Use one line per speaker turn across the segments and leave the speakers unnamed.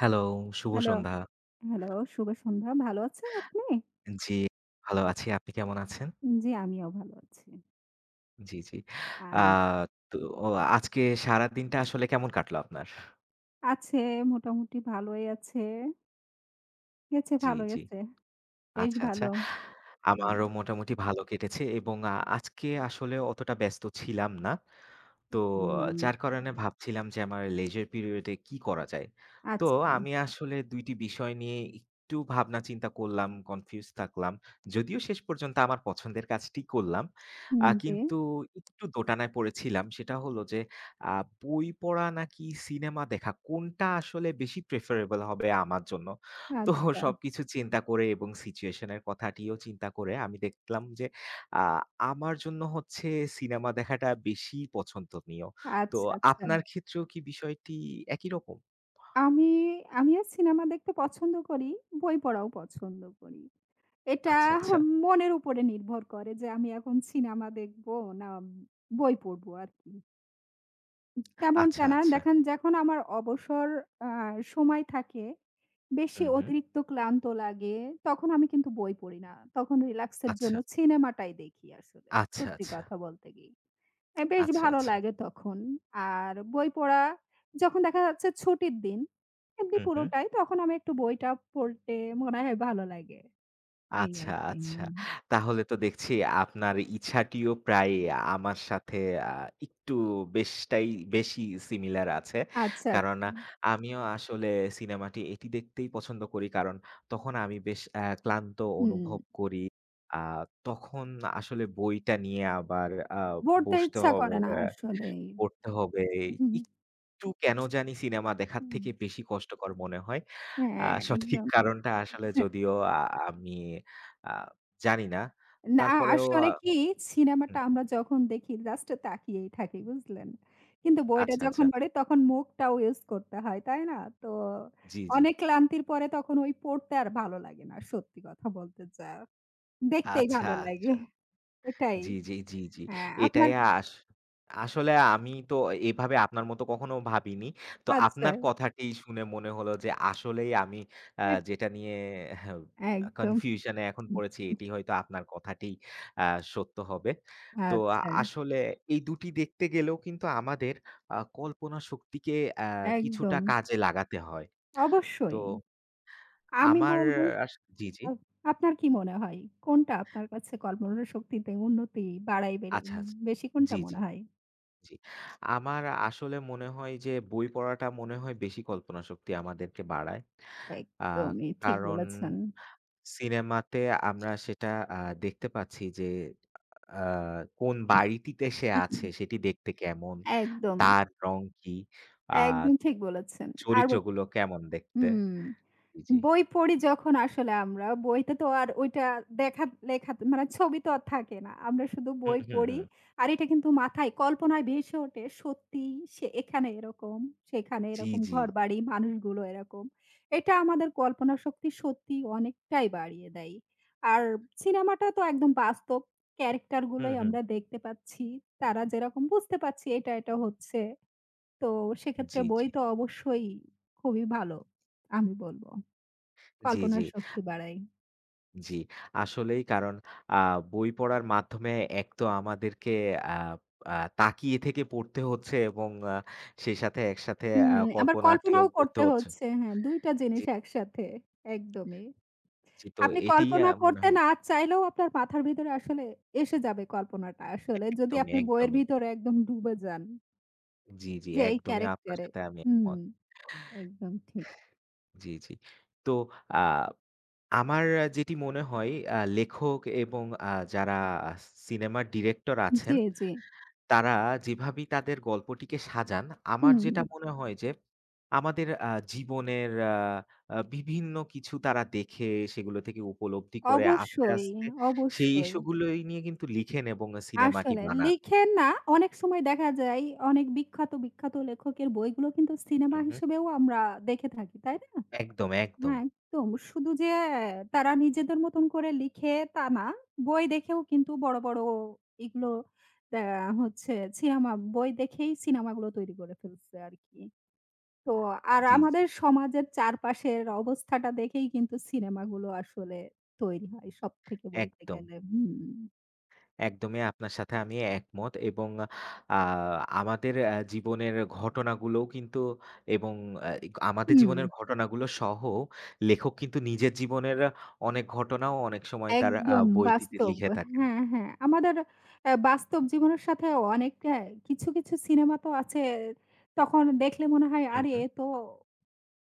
Hello, শুভ
hello,
সন্ধ্যা।
Hello, শুভ সন্ধ্যা। ভালো আছেন আপনি?
জি, ভালো আছি। আপনি কেমন আছেন?
জি, আমিও ভালো আছি।
জি, জি।
আ
আ তো ও, আজকে সারাদিনটা আসলে কেমন কাটলো আপনার?
আছে মোটামুটি ভালোই আছে। গেছে
জি,
ভালো
জি।
গেছে। বেশ
আচ্ছা,
ভালো।
আচ্ছা।
হুম,
আমারও মোটামুটি ভালো কেটেছে এবং আজকে আসলে অতটা ব্যস্ত ছিলাম না। তো
হুম,
যার কারণে ভাবছিলাম যে আমার leisure period এ কি করা যায়? তো
আচ্ছা।
আমি আসলে ২ টি বিষয় নিয়ে একটু ভাবনা চিন্তা করলাম, কনফিউজ থাকলাম। যদিও শেষ পর্যন্ত আমার পছন্দের কাজটি করলাম।
হুম, জি।
কিন্তু একটু দোটানায় পড়েছিলাম। সেটা হলো যে আ বই পড়া নাকি সিনেমা দেখা কোনটা আসলে বেশি preferable হবে আমার জন্য? তো
আচ্ছা,
সবকিছু চিন্তা করে এবং situation এর কথাটিও চিন্তা করে আমি দেখলাম যে আ আমার জন্য হচ্ছে সিনেমা দেখাটা বেশি পছন্দনীয়। তো
আচ্ছা, আচ্ছা।
আপনার ক্ষেত্রেও কি বিষয়টি একই রকম?
আমি আমিও সিনেমা দেখতে পছন্দ করি, বই পড়াও পছন্দ করি। এটা
আচ্ছা, আচ্ছা।
মনের উপরে নির্ভর করে যে আমি এখন সিনেমা দেখব না বই পড়বো আরকি। তেমনটা
আচ্ছা,
না।
আচ্ছা।
দেখেন যখন আমার অবসর আ সময় থাকে, বেশি
হুম, হুম।
অতিরিক্ত ক্লান্ত লাগে, তখন আমি কিন্তু বই পড়ি না। তখন রিল্যাক্স এর জন্য
আচ্ছা,
সিনেমাটাই দেখি আসলে।
আচ্ছা,
সত্যি
আচ্ছা,
কথা বলতে কি। এ বেশ
আচ্ছা,
ভালো
আচ্ছা।
লাগে তখন। আর বই পড়া যখন দেখা যাচ্ছে ছুটির দিন, এমনি
হুম, হুম।
পুরোটাই তখন আমি একটু বইটা পড়তে মনে হয় ভালো লাগে। এই
আচ্ছা,
আরকি।
আচ্ছা।
হুম।
তাহলে তো দেখছি আপনার ইচ্ছাটিও প্রায় আমার সাথে আ একটু বেশটাই বেশি সিমিলার আছে।
আচ্ছা,
কারণ
আচ্ছা।
আমিও আসলে সিনেমাটি দেখতেই পছন্দ করি। কারণ তখন আমি বেশ ক্লান্ত
হুম,
অনুভব করি। আ তখন আসলে বইটা নিয়ে আবার
পড়তে
বসতে
ইচ্ছা করে না
হবে,
আসলেই।
পড়তে হবে।
হুম,
একটু কেন জানি সিনেমা দেখার
হুম।
থেকে বেশি কষ্টকর মনে হয়।
হ্যাঁ,
সঠিক
একদম।
কারণটা আসলে
আচ্ছা।
যদিও আমি আ জানি না।
না
তারপরেও
আসলে কি সিনেমাটা
হুম,
আমরা যখন দেখি জাস্ট তাকিয়েই থাকি বুঝলেন? কিন্তু বইটা
আচ্ছা,
যখন
আচ্ছা।
পড়ি তখন মুখটাও ইউজ করতে হয়, তাই না? তো
জি, জি।
অনেক ক্লান্তির পরে তখন ওই পড়তে আর ভালো লাগে না সত্যি কথা বলতে যা। দেখতেই
আচ্ছা,
ভালো লাগে।
আচ্ছা।
এটাই।
জি, জি, জি, জি।
হ্যাঁ, আপনার
এটাই আস আসলে আমি তো এভাবে আপনার মতো কখনো ভাবিনি। তো
আচ্ছা।
আপনার কথাটি শুনে মনে হলো যে আসলেই আমি
এহ
যেটা নিয়ে
একদম।
কনফিউশন এ এখন পড়েছি এটি হয়তো আপনার কথাটিই আ সত্য হবে। তো
আচ্ছা,
আসলে এই দুটি দেখতে গেলেও কিন্তু আমাদের কল্পনা শক্তিকে আ কিছুটা
একদম।
কাজে লাগাতে হয়। তো
অবশ্যই। আমি
আমার
বলব
আস জি, জি।
আপ আপনার কি মনে হয়? কোনটা আপনার কাছে কল্পনা শক্তিতে উন্নতি বাড়ায় বেড়ে
আচ্ছা, আচ্ছা।
বেশি কোনটা
জি,
মনে
জি।
হয়?
জি। আমার আসলে মনে হয় যে বই পড়াটা মনে হয় বেশি কল্পনা শক্তি আমাদেরকে বাড়ায়। আ
একদমই ঠিক
কারণ
বলেছেন।
সিনেমাতে আমরা সেটা আ দেখতে পাচ্ছি যে আ কোন বাড়িটিতে সে আছে সেটি দেখতে কেমন,
একদম,
তার রং কি, আ
একদম ঠিক বলেছেন। আর
চরিত্রগুলো কেমন দেখতে।
হুম।
জি, জি।
বই পড়ি যখন আসলে আমরা বইতে তো আর ওইটা দেখা লেখা মানে ছবি তো আর থাকে না। আমরা শুধু
হুম,
বই
হুম,
পড়ি।
হুম।
আর এটা কিন্তু মাথায় কল্পনায় ভেসে ওঠে সত্যি সে এখানে এরকম, সেখানে
জি,
এরকম
জি।
ঘরবাড়ি, মানুষগুলো এরকম। এটা আমাদের কল্পনা শক্তি সত্যিই অনেকটাই বাড়িয়ে দেয়। আর সিনেমাটা তো একদম বাস্তব ক্যারেক্টার
হুম,
গুলোই
হুম।
আমরা দেখতে পাচ্ছি। তারা যেরকম বুঝতে পারছি এটা, এটা হচ্ছে। তো সেক্ষেত্রে
জি,
বই
জি।
তো অবশ্যই খুবই ভালো আমি বলব।
জি, জি।
কল্পনার শক্তি বাড়াই।
জি, আসলেই কারণ আ বই পড়ার মাধ্যমে এক তো আমাদেরকে আ আ তাকিয়ে থেকে পড়তে হচ্ছে এবং সেই সাথে একসাথে
হুম, আবার
কল্পনাটিও
কল্পনাও
করতে
করতে
হচ্ছে।
হচ্ছে। হ্যাঁ, ২ টা
জি,
জিনিস একসাথে। একদমই।
জি, তো
আপনি
এটিই
কল্পনা
মনে
করতে
হয়
না চাইলেও আপনার মাথার ভিতরে আসলে এসে যাবে কল্পনাটা আসলে। যদি
একদমই,
আপনি বইয়ের
একদমই।
ভিতরে একদম ডুবে যান
জি, জি,
যে এই
একদমই আপনার
ক্যারেক্টারে।
সাথে আমি
হুম,
একমত।
একদম ঠিক।
জি, জি। তো আ আমার যেটি মনে হয় লেখক এবং যারা আ সিনেমার ডিরেক্টর আছেন
জি, জি।
তারা যেভাবেই তাদের গল্পটিকে সাজান, আমার
হুম,
যেটা মনে হয় যে আমাদের জীবনের আ আ বিভিন্ন কিছু তারা দেখে সেগুলো থেকে উপলব্ধি করে আস্তে,
অবশ্যই,
আস্তে সেই
অবশ্যই।
ইস্যুগুলোই নিয়ে কিন্তু লিখেন এবং সিনেমাটি
আসলে
বানান।
লিখেন না, অনেক সময় দেখা যায় অনেক বিখ্যাত, বিখ্যাত লেখকের বইগুলো কিন্তু সিনেমা
হু, হু।
হিসেবেও আমরা দেখে থাকি, তাই না?
একদম, একদম।
হ্যাঁ, একদম। শুধু যে তারা নিজেদের মতন করে লিখে তা না। বই দেখেও কিন্তু বড়, বড় এগুলো দ্যা হচ্ছে সিনেমা বই দেখেই সিনেমাগুলো তৈরি করে ফেলছে আরকি। তো আর
জি, জি।
আমাদের সমাজের চারপাশের অবস্থাটা দেখেই কিন্তু সিনেমাগুলো আসলে তৈরি হয় সবথেকে বলতে
একদম।
গেলে। হুম।
একদমই আপনার সাথে আমি একমত এবং আ আমাদের জীবনের ঘটনাগুলোও কিন্তু এবং আ আমাদের
হুম।
জীবনের ঘটনাগুলো সহ লেখক কিন্তু নিজের জীবনের অনেক ঘটনাও অনেক সময় তার
একদম
বইটিতে
বাস্তব।
লিখে থাকেন।
হ্যাঁ, হ্যাঁ। আমাদের অ্যা বাস্তব জীবনের সাথে অনেকটা কিছু, কিছু সিনেমা তো আছে তখন দেখলে মনে হয়
হুম,
আরে
হুম।
এ তো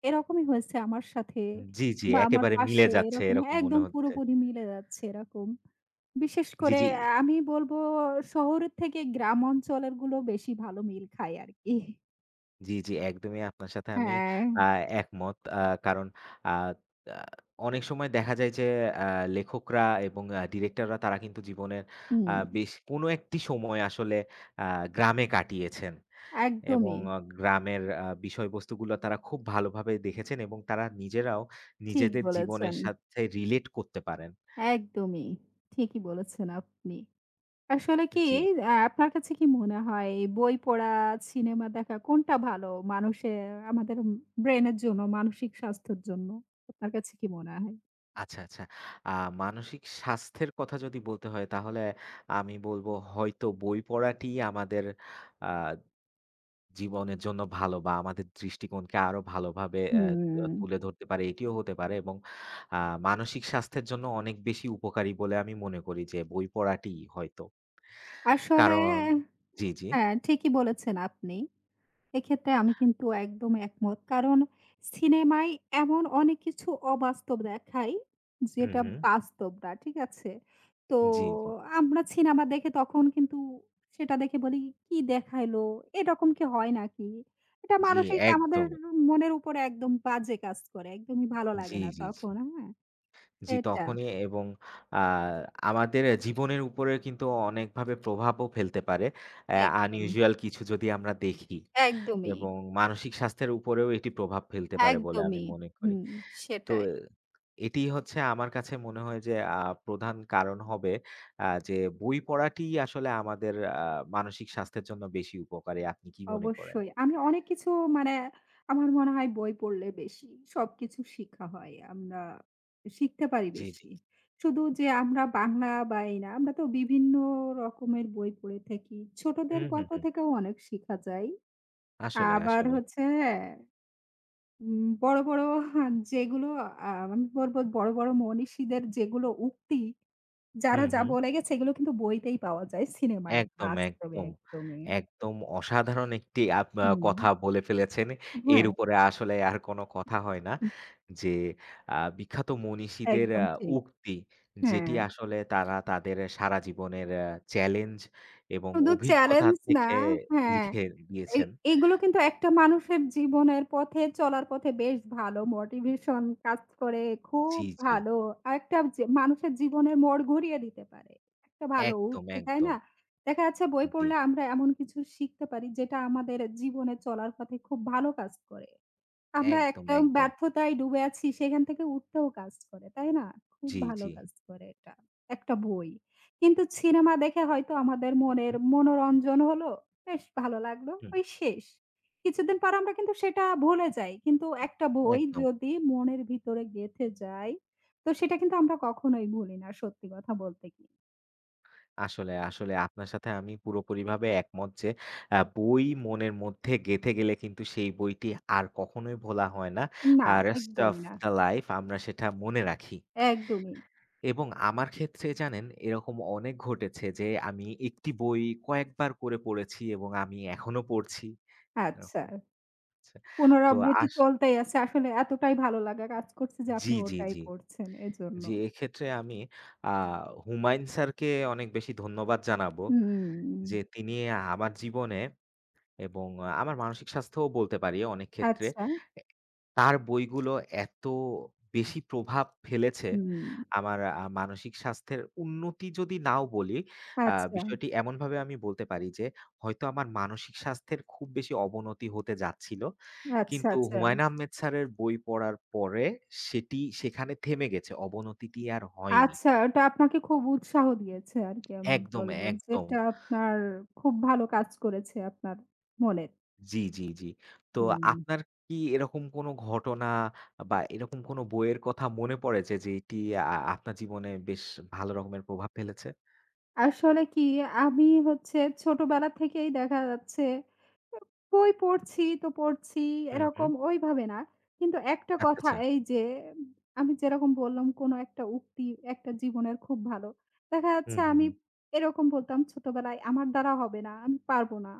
এরকমই হয়েছে আমার সাথে
জি, জি,
বা আমার
একেবারে মিলে
পাশে
যাচ্ছে
এরকম
এরকম মনে
একদম
হচ্ছে।
পুরোপুরি মিলে যাচ্ছে এরকম। বিশেষ
জি,
করে
জি।
আহ, আমি বলব শহরের থেকে গ্রাম অঞ্চলের গুলো বেশি ভালো মিল খায় আরকি।
জি, জি, একদমই আপনার সাথে আমি
হ্যাঁ,
আ একমত। কারণ আ আ অনেক সময় দেখা যায় যে আ লেখকরা এবং ডিরেক্টররা তারা কিন্তু জীবনের
হুম,
বেশ কোনো একটি সময় আসলে আ গ্রামে কাটিয়েছেন এবং
একদমই।
গ্রামের বিষয়বস্তুগুলো তারা খুব ভালোভাবে দেখেছেন এবং তারা নিজেরাও
ঠিক
নিজেদের
বলেছেন।
জীবনের সাথে রিলেট করতে পারেন।
একদমই। ঠিকই বলেছেন আপনি। আসলে কি
জি,
আপনার কাছে কি মনে হয় বই পড়া, সিনেমা দেখা কোনটা ভালো মানুষে আমাদের ব্রেইনের জন্য, মানসিক স্বাস্থ্যের জন্য? আপনার কাছে কি মনে হয়?
আচ্ছা, আচ্ছা। আ মানসিক স্বাস্থ্যের কথা যদি বলতে হয় তাহলে আমি বলব হয়তো বই পড়াটিই আমাদের আ জীবনের জন্য ভালো বা আমাদের দৃষ্টিকোণকে আরো ভালোভাবে
হুম।
তুলে ধরতে পারে এটিও হতে পারে এবং আ মানসিক স্বাস্থ্যের জন্য অনেক বেশি উপকারী বলে আমি মনে করি যে বই পড়াটি হয়তো।
আসলে
কারণ জি, জি।
হ্যাঁ, ঠিকই বলেছেন আপনি। এক্ষেত্রে আমি কিন্তু একদম একমত। কারণ সিনেমায় এমন অনেক কিছু অবাস্তব দেখায়,
হুম,
যেটা
হুম।
বাস্তব না। ঠিক আছে? তো
জি, জি।
আমরা সিনেমা দেখে তখন কিন্তু সেটা দেখে বলি, "কি দেখাইলো? এরকম কি হয় নাকি?" এটা
জি,
মানসিক আমাদের
একদমই।
মনের উপরে একদম বাজে কাজ করে। একদমই ভালো লাগে
জি,
না
জি, জি।
তখন। হ্যাঁ?
জি,
এটা।
তখনই এবং আ আমাদের জীবনের উপরে কিন্তু অনেকভাবে প্রভাবও ফেলতে পারে। অ্যা
একদম।
unusual কিছু যদি আমরা দেখি
একদমই,
এবং মানসিক স্বাস্থ্যের উপরেও এটি প্রভাব ফেলতে পারে বলে আমি
একদমই।
মনে করি।
হুম,
তো
সেটাই।
এটি হচ্ছে আমার কাছে মনে হয় যে প্রধান কারণ হবে যে বই পড়াটি আসলে আমাদের আ মানসিক স্বাস্থ্যের জন্য বেশি উপকারী। আপনি কি মনে করেন?
অবশ্যই। আমি অনেক কিছু মানে আমার মনে হয় বই পড়লে বেশি সবকিছু শিখা হয়। আমরা শিখতে পারি
জি, জি।
বেশি। শুধু যে আমরা বাংলা বা এই না, আমরা তো বিভিন্ন রকমের বই পড়ে থাকি। ছোটদের
হুম, হুম,
গল্প
হুম।
থেকেও অনেক শিখা যায়।
আসলে,
আবার
আসলে।
হচ্ছে বড়, বড় যেগুলো আমি বলব বড়, বড় মনীষীদের যেগুলো উক্তি, যারা
হুম,
যা
হুম।
বলে গেছে এগুলো কিন্তু বইতেই পাওয়া যায়। সিনেমায়
একদম,
বাস্তবে
একদম।
একদমই।
একদম অসাধারণ একটি আপ আ
হুম।
কথা বলে ফেলেছেন। এর
হ্যাঁ,
উপরে আসলে আর কোনো কথা হয় না। যে বিখ্যাত মনীষীদের
একদম ঠিক।
উক্তি যেটি
হ্যাঁ,
আসলে তারা তাদের সারা জীবনের চ্যালেঞ্জ এবং
শুধু
অভিজ্ঞতা
চ্যালেঞ্জ না
থেকে
হ্যাঁ,
লিখে
এ
দিয়েছেন।
এগুলো কিন্তু একটা মানুষের জীবনের পথে চলার পথে বেশ ভালো মোটিভেশন কাজ করে। খুব
জি, জি।
ভালো। আরেকটা যে মানুষের জীবনের মোড় ঘুরিয়ে দিতে পারে। একটা ভালো
একদম,
উক্তি, তাই
একদম।
না? দেখা যাচ্ছে বই
জি।
পড়লে আমরা এমন কিছু শিখতে পারি যেটা আমাদের জীবনে চলার পথে খুব ভালো কাজ করে। আমরা
একদম,
একদম
একদম।
ব্যর্থতায় ডুবে আছি সেখান থেকে উঠতেও কাজ করে, তাই না? খুব
জি,
ভালো
জি।
কাজ করে এটা। একটা বই। কিন্তু সিনেমা দেখে হয়তো আমাদের
হুম,
মনের
হুম,
মনোরঞ্জন হলো, বেশ ভালো লাগলো,
হুম।
ওই শেষ। কিছুদিন পর আমরা কিন্তু সেটা ভুলে যাই। কিন্তু একটা বই
একদম।
যদি মনের ভিতরে গেঁথে যায়, তো সেটা কিন্তু আমরা কখনোই ভুলি না সত্যি কথা বলতে কি।
আসলে, আসলে আপনার সাথে আমি পুরোপুরিভাবে একমত যে বই মনের মধ্যে গেঁথে গেলে কিন্তু সেই বইটি আর কখনোই ভোলা হয় না।
না,
আর "Rest of
একদমই না।
the Life" আমরা সেটা মনে রাখি।
একদমই।
এবং আমার ক্ষেত্রে জানেন এরকম অনেক ঘটেছে যে আমি একটি বই কয়েকবার করে পড়েছি এবং আমি এখনো পড়ছি।
আচ্ছা।
এরকম হচ্ছে। তো
পুনরাবৃত্তি
আস
চলতেই আছে। আসলে এতটাই ভালো লাগা কাজ করছে যে আপনি
জি, জি,
ওটাই
জি।
পড়ছেন এজন্য।
জি, এক্ষেত্রে আমি আ হুমায়ুন স্যারকে অনেক বেশি ধন্যবাদ জানাবো
হুম।
যে তিনি আমার জীবনে এবং আমার মানসিক স্বাস্থ্যও বলতে পারি অনেক ক্ষেত্রে।
আচ্ছা।
এ তার বইগুলো এত বেশি প্রভাব ফেলেছে
হুম।
আমার মানসিক স্বাস্থ্যের উন্নতি যদি নাও বলি,
আচ্ছা,
বিষয়টি এমনভাবে আমি বলতে পারি যে, হয়তো আমার মানসিক স্বাস্থ্যের খুব বেশি অবনতি হতে যাচ্ছিল।
আচ্ছা,
কিন্তু
আচ্ছা।
হুমায়ূন আহমেদ স্যারের বই পড়ার পরে সেটি সেখানে থেমে গেছে। অবনতিটি আর হয়নি।
আচ্ছা, ওটা আপনাকে খুব উৎসাহ দিয়েছে আরকি আমি
একদম,
বলব।
একদম।
যেটা আপনার খুব ভালো কাজ করেছে আপনার মনের।
জি, জি, জি। তো
হুম।
আপনার কি এরকম কোনো ঘটনা বা এরকম কোনো বইয়ের কথা মনে পড়ে যে, যেটি আপনার জীবনে বেশ ভালো রকমের প্রভাব ফেলেছে?
আসলে কি আমি হচ্ছে ছোটবেলা থেকেই দেখা যাচ্ছে বই পড়ছি তো পড়ছি
হুম,
এরকম
হুম।
ওইভাবে না। কিন্তু একটা
আচ্ছা,
কথা
আচ্ছা।
এই যে আমি যেরকম বললাম কোনো একটা উক্তি একটা জীবনের খুব ভালো। দেখা
হুম,
যাচ্ছে
হুম,
আমি
হুম।
এরকম বলতাম ছোটবেলায় আমার দ্বারা হবে না, আমি পারব না।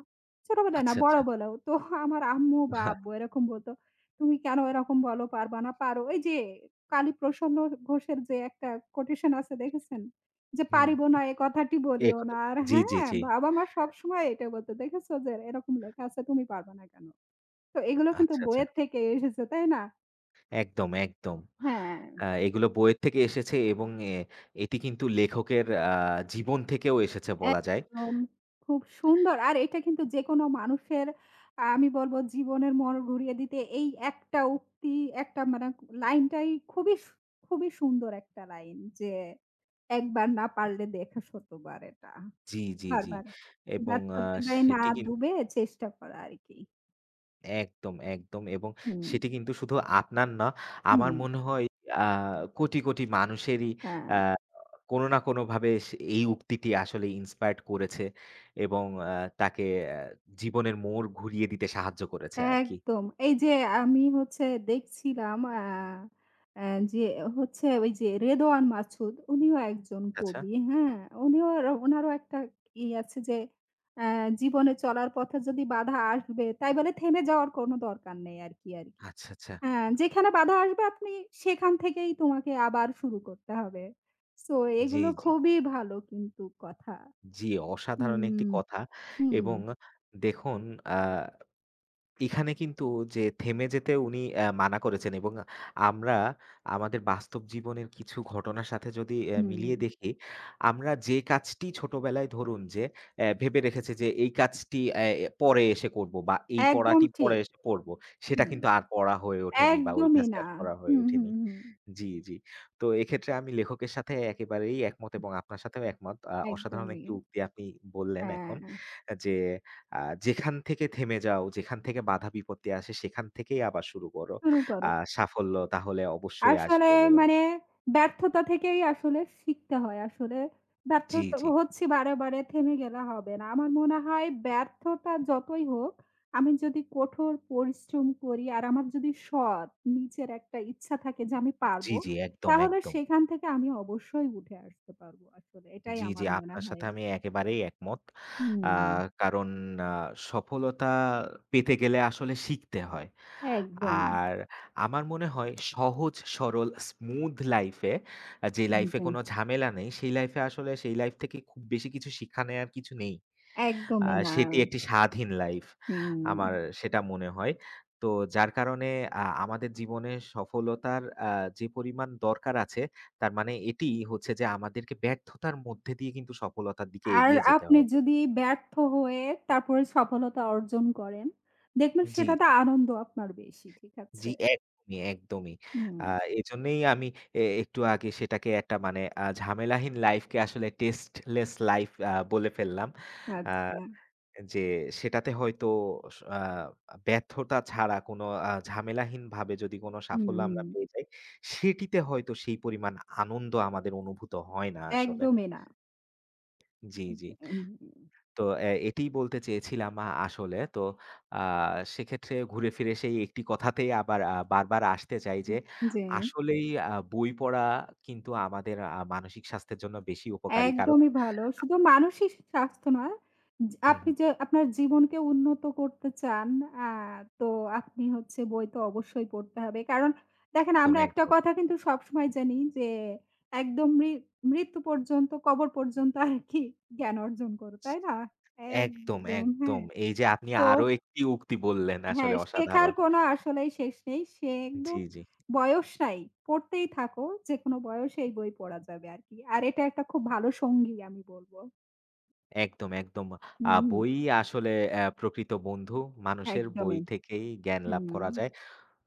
ছোটবেলায় না
আচ্ছা, আচ্ছা।
বড়বেলাও তো আমার আম্মু বা
হ্যাঁ,
আব্বু এরকম বলতো, "তুমি কেন এরকম বলো পারবা না, পারো।" এই যে কালীপ্রসন্ন ঘোষের যে একটা কোটেশন আছে দেখেছেন? যে
হুম।
পারিব না এ কথাটি
এই
বলিও
কথা
না। আর
জি, জি,
হ্যাঁ,
জি।
বাবা-মা সবসময় এটা বলতো। দেখেছো যে এরকম লেখা আছে তুমি পারবা না কেন? তো এগুলো কিন্তু
আচ্ছা, আচ্ছা।
বইয়ের থেকে এসেছে, তাই না?
একদম, একদম।
হ্যাঁ,
এগুলো বইয়ের থেকে এসেছে এবং এটি কিন্তু লেখকের জীবন থেকেও এসেছে বলা যায়।
একদম খুব সুন্দর। আর এটা কিন্তু যেকোনো মানুষের আমি বলবো জীবনের মোড় ঘুরিয়ে দিতে এই একটা উক্তি একটা মানে লাইনটাই খুবই সু খুবই সুন্দর একটা লাইন যে, "একবার না পারলে দেখা শতবার এটা।
জি, জি, জি।
বারবার
এবং
ব্যর্থতায় না
সেটি কিন্তু
ডুবে চেষ্টা করা" আরকি।
একদম, একদম এবং
হুম।
সেটি কিন্তু শুধু আপনার না,
হুম,
আমার মনে হয় আ কোটি, কোটি মানুষেরই
হ্যাঁ,
আ কোনো না কোনোভাবে সে এই উক্তিটি আসলে inspired করেছে এবং তাকে আ জীবনের মোড় ঘুরিয়ে দিতে সাহায্য করেছে আরকি।
একদম। এই যে আমি হচ্ছে দেখছিলাম আ আ যে হচ্ছে ওই যে রেদোয়ান মাসুদ উনিও একজন
আচ্ছা,
কবি, হ্যাঁ? উনিও উনারও একটা ই আছে যে আ জীবনে চলার পথে যদি বাধা আসবে তাই বলে থেমে যাওয়ার কোনো দরকার নেই আরকি, আরকি।
আচ্ছা, আচ্ছা।
হ্যাঁ, যেখানে বাধা আসবে আপনি সেখান থেকেই তোমাকে আবার শুরু করতে হবে। সো
জি,
এগুলো
জি,
খুবই ভালো কিন্তু কথা।
জি, অসাধারণ একটি
হুম,
কথা
হুম,
এবং দেখুন আ এখানে কিন্তু যে থেমে যেতে উনি মানা করেছেন এবং আমরা আমাদের বাস্তব জীবনের কিছু ঘটনার সাথে যদি
হুম।
মিলিয়ে দেখি, আমরা যে কাজটি ছোটবেলায় ধরুন যে ভেবে রেখেছি যে এই কাজটি পরে এসে করব বা এই
একদম
পড়াটি পরে
ঠিক।
এসে পড়ব। সেটা
হুম।
কিন্তু আর পড়া হয়ে ওঠেনি বা ওই
একদমই
কাজটা
না।
আর করা হয়ে
হুম, হুম,
ওঠেনি।
হুম।
জি, জি। তো এক্ষেত্রে আমি লেখকের সাথে একেবারেই একমত এবং আপনার সাথেও একমত। অসাধারণ
একদমই।
একটি উক্তি আপনি বললেন এখন
হ্যাঁ,
যে আ যেখান থেকে থেমে যাও, যেখান থেকে বাধা বিপত্তি আসে সেখান থেকেই আবার শুরু করো।
শুরু করো।
আ সাফল্য তাহলে অবশ্যই
আসলে
আসবে বলে
মানে
মনে
ব্যর্থতা থেকেই আসলে শিখতে হয়। আসলে
জি,
ব্যর্থতা
জি।
হচ্ছি বারে, বারে থেমে গেলে হবে না। আমার মনে হয় ব্যর্থতা যতই হোক, আমি যদি কঠোর পরিশ্রম করি আর আমার যদি সৎ নিজের একটা ইচ্ছা থাকে যে আমি
জি,
পারবো,
জি। একদম,
তাহলে
একদম।
সেখান থেকে আমি অবশ্যই উঠে আসতে পারবো আসলে। এটাই
জি, জি।
আমার মনে
আপনার
হয়।
সাথে আমি একেবারেই একমত। আ
হুম,
কারণ আ সফলতা পেতে গেলে আসলে শিখতে হয়।
একদম।
আর আমার মনে হয় সহজ সরল স্মুথ লাইফে যে লাইফে
একদম।
কোনো ঝামেলা নেই সেই লাইফে আসলে সেই লাইফ থেকে খুব বেশি কিছু শিক্ষা নেয়ার কিছু নেই। আ
একদমই না।
সেটি একটি স্বাধীন লাইফ।
হুম।
আমার সেটা মনে হয়। তো যার কারণে আমাদের জীবনে সফলতার যে পরিমাণ দরকার আছে, তার মানে এটি হচ্ছে যে আমাদেরকে ব্যর্থতার মধ্যে দিয়ে কিন্তু সফলতার দিকে
আর
এগিয়ে যেতে
আপনি
হবে।
যদি ব্যর্থ হয়ে তারপরে সফলতা অর্জন করেন, দেখবেন
জি,
সেটাতে
জি,
আনন্দ আপনার বেশি। ঠিক
জি,
আছে?
একদমই, একদমই।
হুম,
আ এজন্যই আমি একটু আগে সেটাকে একটা মানে ঝামেলাহীন লাইফকে আসলে টেস্টলেস লাইফ বলে ফেললাম। আ
আচ্ছা।
যে সেটাতে হয়তো স আ ব্যর্থতা ছাড়া কোনো ঝামেলাহীনভাবে যদি কোনো সাফল্য
হুম,
আমরা পেয়ে যাই, সেটিতে হয়তো সেই পরিমাণ আনন্দ আমাদের অনুভূত হয় না আসলে।
একদমই না।
জি, জি।
উম,
তো এটিই বলতে চেয়েছিলাম আসলে। তো আ সেক্ষেত্রে ঘুরে ফিরে সেই একটি কথাতেই আবার বারবার আসতে চাই যে,
জি।
আসলেই বই পড়া কিন্তু আমাদের মানসিক স্বাস্থ্যের জন্য বেশি উপকারী। কারণ
একদমই ভালো। শুধু মানসিক স্বাস্থ্য নয়, যে
হুম,
আপনি
হুম।
যে আপনার জীবনকে উন্নত করতে চান, আ তো আপনি হচ্ছে বই তো অবশ্যই পড়তে হবে। কারণ দেখেন
একদম,
আমরা একটা
একদম।
কথা কিন্তু সবসময় জানি যে একদম মৃত্যু পর্যন্ত, কবর পর্যন্ত আরকি জ্ঞান অর্জন করো, তাই না?
একদম,
একদম, হ্যাঁ।
একদম। এই যে আপনি
তো
আরো একটি উক্তি বললেন
হ্যাঁ,
আসলে
শেখার
অসাধারণ।
কোনো আসলেই শেষ নেই। সে একদম
জি, জি।
বয়স নাই, পড়তেই থাকো। যেকোনো বয়সে এই বই পড়া যাবে আরকি। আর এটা একটা খুব ভালো সঙ্গী আমি বলব।
একদম, একদম।
হুম,
বই আসলে প্রকৃত বন্ধু। মানুষের বই
একদমই।
থেকেই জ্ঞান লাভ
হুম,
করা যায়।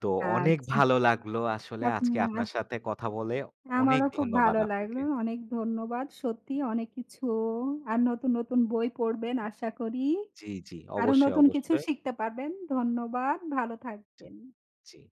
তো অনেক
আচ্ছা।
ভালো লাগলো আসলে আজকে
আপনার
আপনার সাথে কথা বলে। অনেক
আমারও খুব
ধন্যবাদ
ভালো লাগলো।
আপনাকে।
অনেক ধন্যবাদ। সত্যি অনেক কিছু আর নতুন, নতুন বই পড়বেন আশা করি।
জি, জি।
আরো
অবশ্যই,
নতুন কিছু
অবশ্যই।
শিখতে পারবেন। ধন্যবাদ। ভালো
জি,
থাকবেন।
জি।